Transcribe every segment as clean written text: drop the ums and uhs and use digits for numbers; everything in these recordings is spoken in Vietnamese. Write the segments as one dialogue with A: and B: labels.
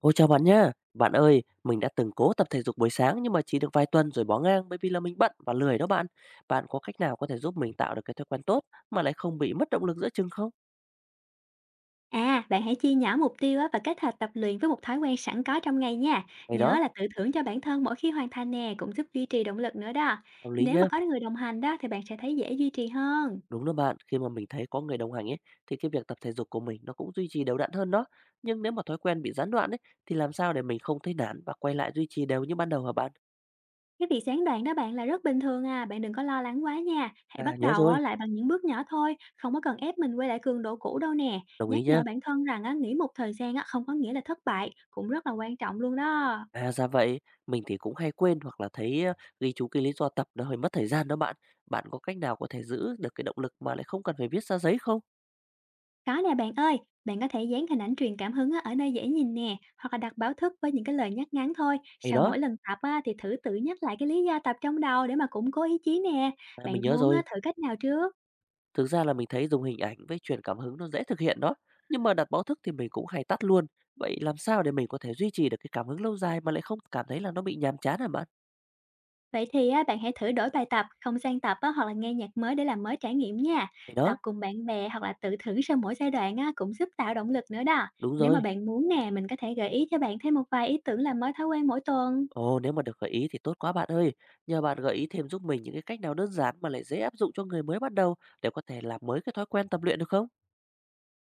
A: Ôi chào bạn nhá. Bạn ơi, mình đã từng cố tập thể dục buổi sáng nhưng mà chỉ được vài tuần rồi bỏ ngang bởi vì là mình bận và lười đó bạn. Bạn có cách nào có thể giúp mình tạo được cái thói quen tốt mà lại không bị mất động lực giữa chừng không?
B: À, bạn hãy chia nhỏ mục tiêu á và kết hợp tập luyện với một thói quen sẵn có trong ngày nha.
A: Ngày
B: Nhớ
A: đó,
B: là tự thưởng cho bản thân mỗi khi hoàn thành nè, cũng giúp duy trì động lực nữa đó.
A: hợp lý
B: Nếu mà
A: nhá.
B: có người đồng hành đó thì bạn sẽ thấy dễ duy trì hơn.
A: Đúng đó bạn, khi mà mình thấy có người đồng hành ấy thì cái việc tập thể dục của mình nó cũng duy trì đều đặn hơn đó. Nhưng nếu mà thói quen bị gián đoạn ấy thì làm sao để mình không thấy nản và quay lại duy trì đều như ban đầu hả bạn?
B: Cái việc gián đoạn đó bạn là rất bình thường à, bạn đừng có lo lắng quá nha. Hãy
A: À
B: bắt
A: nhớ
B: đầu á,
A: rồi,
B: lại bằng những bước nhỏ thôi, không có cần ép mình quay lại cường độ cũ đâu nè.
A: đồng
B: Nhắc
A: ý
B: nhở
A: nhá.
B: bản thân rằng á, nghỉ một thời gian á, không có nghĩa là thất bại, cũng rất là quan trọng luôn đó.
A: À, ra vậy. Mình thì cũng hay quên hoặc là thấy, ghi chú cái lý do tập nó hơi mất thời gian đó bạn. Bạn có cách nào có thể giữ được cái động lực mà lại không cần phải viết ra giấy không?
B: Có nè bạn ơi, bạn có thể dán hình ảnh truyền cảm hứng á, ở nơi dễ nhìn nè, hoặc là đặt báo thức với những cái lời nhắc ngắn thôi.
A: Thì
B: Sau
A: đó,
B: mỗi lần tập á, thì thử tự nhắc lại cái lý do tập trong đầu để mà củng cố ý chí nè.
A: à,
B: Bạn
A: mình nhớ
B: muốn á,
A: rồi,
B: thử cách nào trước?
A: thực ra là mình thấy dùng hình ảnh với truyền cảm hứng nó dễ thực hiện đó, nhưng mà đặt báo thức thì mình cũng hay tắt luôn. Vậy làm sao để mình có thể duy trì được cái cảm hứng lâu dài mà lại không cảm thấy là nó bị nhàm chán hả bạn?
B: Vậy thì á, bạn hãy thử đổi bài tập, không gian tập á, hoặc là nghe nhạc mới để làm mới trải nghiệm nha.
A: Thì
B: Tập
A: đó,
B: cùng bạn bè hoặc là tự thử sau mỗi giai đoạn á, cũng giúp tạo động lực nữa đó.
A: đúng
B: Nếu mà
A: rồi.
B: bạn muốn nè, mình có thể gợi ý cho bạn thêm một vài ý tưởng làm mới thói quen mỗi tuần.
A: Ồ, nếu mà được gợi ý thì tốt quá bạn ơi. Nhờ bạn gợi ý thêm giúp mình những cái cách nào đơn giản mà lại dễ áp dụng cho người mới bắt đầu để có thể làm mới cái thói quen tập luyện được không?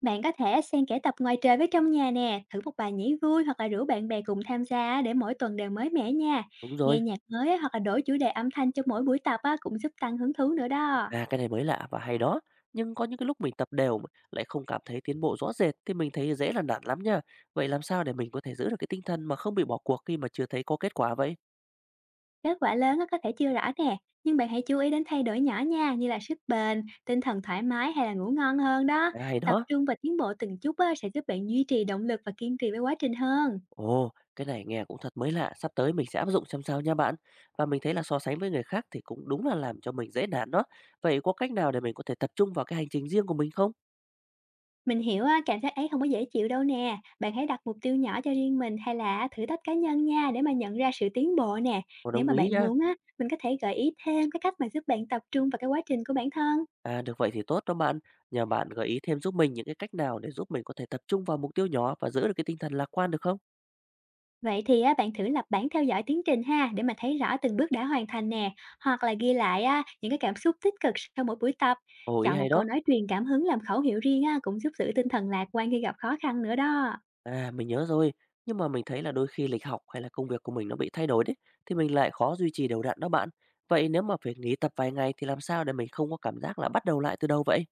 B: Bạn có thể xen kẽ tập ngoài trời với trong nhà nè, thử một bài nhảy vui hoặc là rủ bạn bè cùng tham gia á, để mỗi tuần đều mới mẻ nha.
A: Đúng
B: Nghe
A: rồi.
B: nhạc mới á, hoặc là đổi chủ đề âm thanh cho mỗi buổi tập á, cũng giúp tăng hứng thú nữa đó.
A: À, cái này mới lạ và hay đó. Nhưng có những cái lúc mình tập đều mà lại không cảm thấy tiến bộ rõ rệt thì mình thấy dễ là nản lắm nha. Vậy làm sao để mình có thể giữ được cái tinh thần mà không bị bỏ cuộc khi mà chưa thấy có kết quả vậy?
B: Kết quả lớn á, có thể chưa rõ nè, nhưng bạn hãy chú ý đến thay đổi nhỏ nha, như là sức bền, tinh thần thoải mái hay là ngủ ngon hơn đó.
A: À, hay
B: Tập
A: đó.
B: trung và tiến bộ từng chút á, sẽ giúp bạn duy trì động lực và kiên trì với quá trình hơn.
A: Ồ, cái này nghe cũng thật mới lạ. Sắp tới mình sẽ áp dụng xem sao nha bạn. Và mình thấy là so sánh với người khác thì cũng đúng là làm cho mình dễ nản đó. Vậy có cách nào để mình có thể tập trung vào cái hành trình riêng của mình không?
B: Mình hiểu á, cảm giác ấy không có dễ chịu đâu nè. Bạn hãy đặt mục tiêu nhỏ cho riêng mình hay là thử thách cá nhân nha, để mà nhận ra sự tiến bộ nè.
A: Ồ,
B: Nếu
A: đồng
B: mà
A: ý
B: bạn
A: nha.
B: muốn á, mình có thể gợi ý thêm cái cách mà giúp bạn tập trung vào cái quá trình của bản thân.
A: À, được vậy thì tốt đó bạn. Nhờ bạn gợi ý thêm giúp mình những cái cách nào để giúp mình có thể tập trung vào mục tiêu nhỏ và giữ được cái tinh thần lạc quan được không?
B: Vậy thì á, bạn thử lập bảng theo dõi tiến trình ha, để mà thấy rõ từng bước đã hoàn thành nè, hoặc là ghi lại á, những cái cảm xúc tích cực sau mỗi buổi tập.
A: Ồ, ý
B: Chọn một
A: hay
B: câu
A: đó.
B: nói truyền cảm hứng làm khẩu hiệu riêng á, cũng giúp giữ tinh thần lạc quan khi gặp khó khăn nữa đó.
A: À, mình nhớ rồi, nhưng mà mình thấy là đôi khi lịch học hay là công việc của mình nó bị thay đổi đấy, thì mình lại khó duy trì đều đặn đó bạn. Vậy nếu mà phải nghỉ tập vài ngày thì làm sao để mình không có cảm giác là bắt đầu lại từ đâu vậy?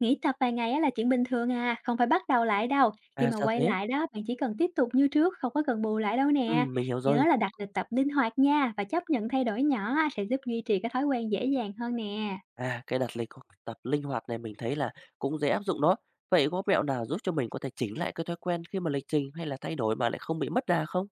B: Nghỉ tập vài ngày á là chuyện bình thường à, không phải bắt đầu lại đâu. Khi
A: À,
B: mà
A: sao
B: quay
A: thế?
B: lại đó, bạn chỉ cần tiếp tục như trước, không có cần bù lại đâu
A: Ừ,
B: nè.
A: mình hiểu
B: Nhớ
A: rồi.
B: là đặt lịch tập linh hoạt nha và chấp nhận thay đổi nhỏ á, sẽ giúp duy trì cái thói quen dễ dàng hơn nè.
A: À, cái đặt lịch học tập linh hoạt này mình thấy là cũng dễ áp dụng đó. Vậy có mẹo nào giúp cho mình có thể chỉnh lại cái thói quen khi mà lịch trình hay là thay đổi mà lại không bị mất đà không?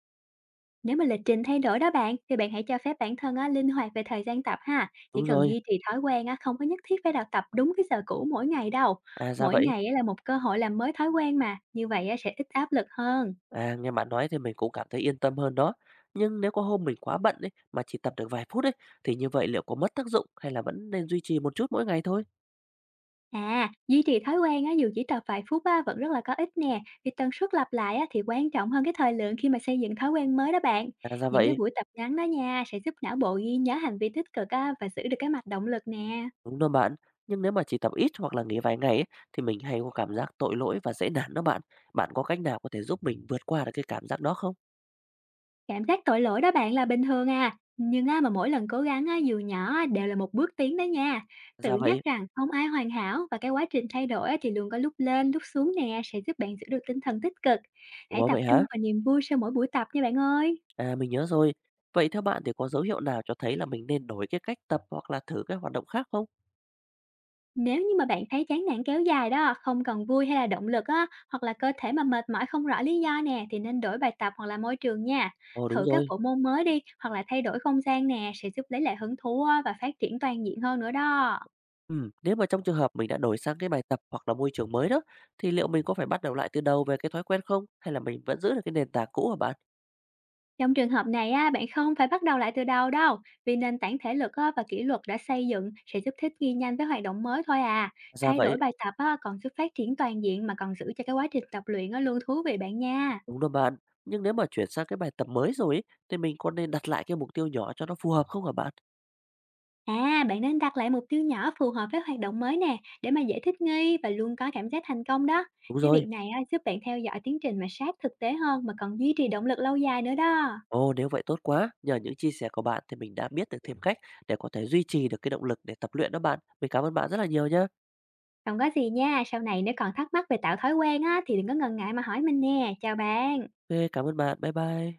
B: Nếu mà lịch trình thay đổi đó bạn, thì bạn hãy cho phép bản thân á, linh hoạt về thời gian tập ha. Chỉ
A: Đúng
B: cần
A: rồi.
B: duy trì thói quen á, không có nhất thiết phải đặt tập đúng cái giờ cũ mỗi ngày đâu.
A: À, ra
B: Mỗi
A: vậy.
B: ngày á, là một cơ hội làm mới thói quen mà, như vậy á, sẽ ít áp lực hơn.
A: À, nghe bạn nói thì mình cũng cảm thấy yên tâm hơn đó. Nhưng nếu có hôm mình quá bận ấy mà chỉ tập được vài phút ấy thì như vậy liệu có mất tác dụng hay là vẫn nên duy trì một chút mỗi ngày thôi?
B: À, duy trì thói quen á, dù chỉ tập vài phút á, vẫn rất là có ích nè, vì tần suất lặp lại á, thì quan trọng hơn cái thời lượng khi mà xây dựng thói quen mới đó bạn.
A: À ra
B: Những cái
A: vậy,
B: buổi tập ngắn đó nha, sẽ giúp não bộ ghi nhớ hành vi tích cực á, và giữ được cái mạch động lực nè.
A: đúng đó bạn. Nhưng nếu mà chỉ tập ít hoặc là nghỉ vài ngày ấy, thì mình hay có cảm giác tội lỗi và dễ nản đó bạn. Bạn có cách nào có thể giúp mình vượt qua được cái cảm giác đó không?
B: Cảm giác tội lỗi đó bạn là bình thường à, nhưng á, mà mỗi lần cố gắng á, dù nhỏ á, đều là một bước tiến đó nha. Tự
A: Ra
B: nhắc
A: vậy.
B: rằng không ai hoàn hảo và cái quá trình thay đổi á, thì luôn có lúc lên, lúc xuống nè, sẽ giúp bạn giữ được tinh thần tích cực. Hãy
A: Ủa
B: tập
A: vậy
B: trung
A: hả?
B: vào niềm vui sau mỗi buổi tập nha bạn ơi.
A: À mình nhớ rồi. Vậy theo bạn thì có dấu hiệu nào cho thấy là mình nên đổi cái cách tập hoặc là thử cái hoạt động khác không?
B: Nếu như mà bạn thấy chán nản kéo dài đó, không còn vui hay là động lực á, hoặc là cơ thể mà mệt mỏi không rõ lý do nè, thì nên đổi bài tập hoặc là môi trường nha.
A: Ồ đúng
B: Thử các
A: rồi.
B: bộ môn mới đi, hoặc là thay đổi không gian nè, sẽ giúp lấy lại hứng thú á, và phát triển toàn diện hơn nữa đó.
A: Ừ, nếu mà trong trường hợp mình đã đổi sang cái bài tập hoặc là môi trường mới đó, thì liệu mình có phải bắt đầu lại từ đầu về cái thói quen không? Hay là mình vẫn giữ được cái nền tảng cũ hả bạn?
B: Trong trường hợp này á, bạn không phải bắt đầu lại từ đầu đâu, vì nền tảng thể lực á, và kỷ luật đã xây dựng sẽ giúp thích nghi nhanh với hoạt động mới thôi à.
A: Ra
B: Thay đổi
A: vậy,
B: bài tập á, còn giúp phát triển toàn diện mà còn giữ cho cái quá trình tập luyện á, luôn thú vị bạn nha.
A: đúng rồi bạn. Nhưng nếu mà chuyển sang cái bài tập mới rồi ấy, thì mình có nên đặt lại cái mục tiêu nhỏ cho nó phù hợp không hả bạn?
B: À, bạn nên đặt lại mục tiêu nhỏ phù hợp với hoạt động mới nè, để mà dễ thích nghi và luôn có cảm giác thành công đó.
A: Đúng
B: Cái
A: rồi.
B: việc này á, giúp bạn theo dõi tiến trình mà sát thực tế hơn mà còn duy trì động lực lâu dài nữa đó.
A: Ồ, nếu vậy tốt quá. Nhờ những chia sẻ của bạn thì mình đã biết được thêm cách để có thể duy trì được cái động lực để tập luyện đó bạn. Mình cảm ơn bạn rất là nhiều nhé.
B: Không có gì nha, sau này nếu còn thắc mắc về tạo thói quen á, thì đừng có ngần ngại mà hỏi mình nè. Chào bạn.
A: OK, cảm ơn bạn. Bye bye.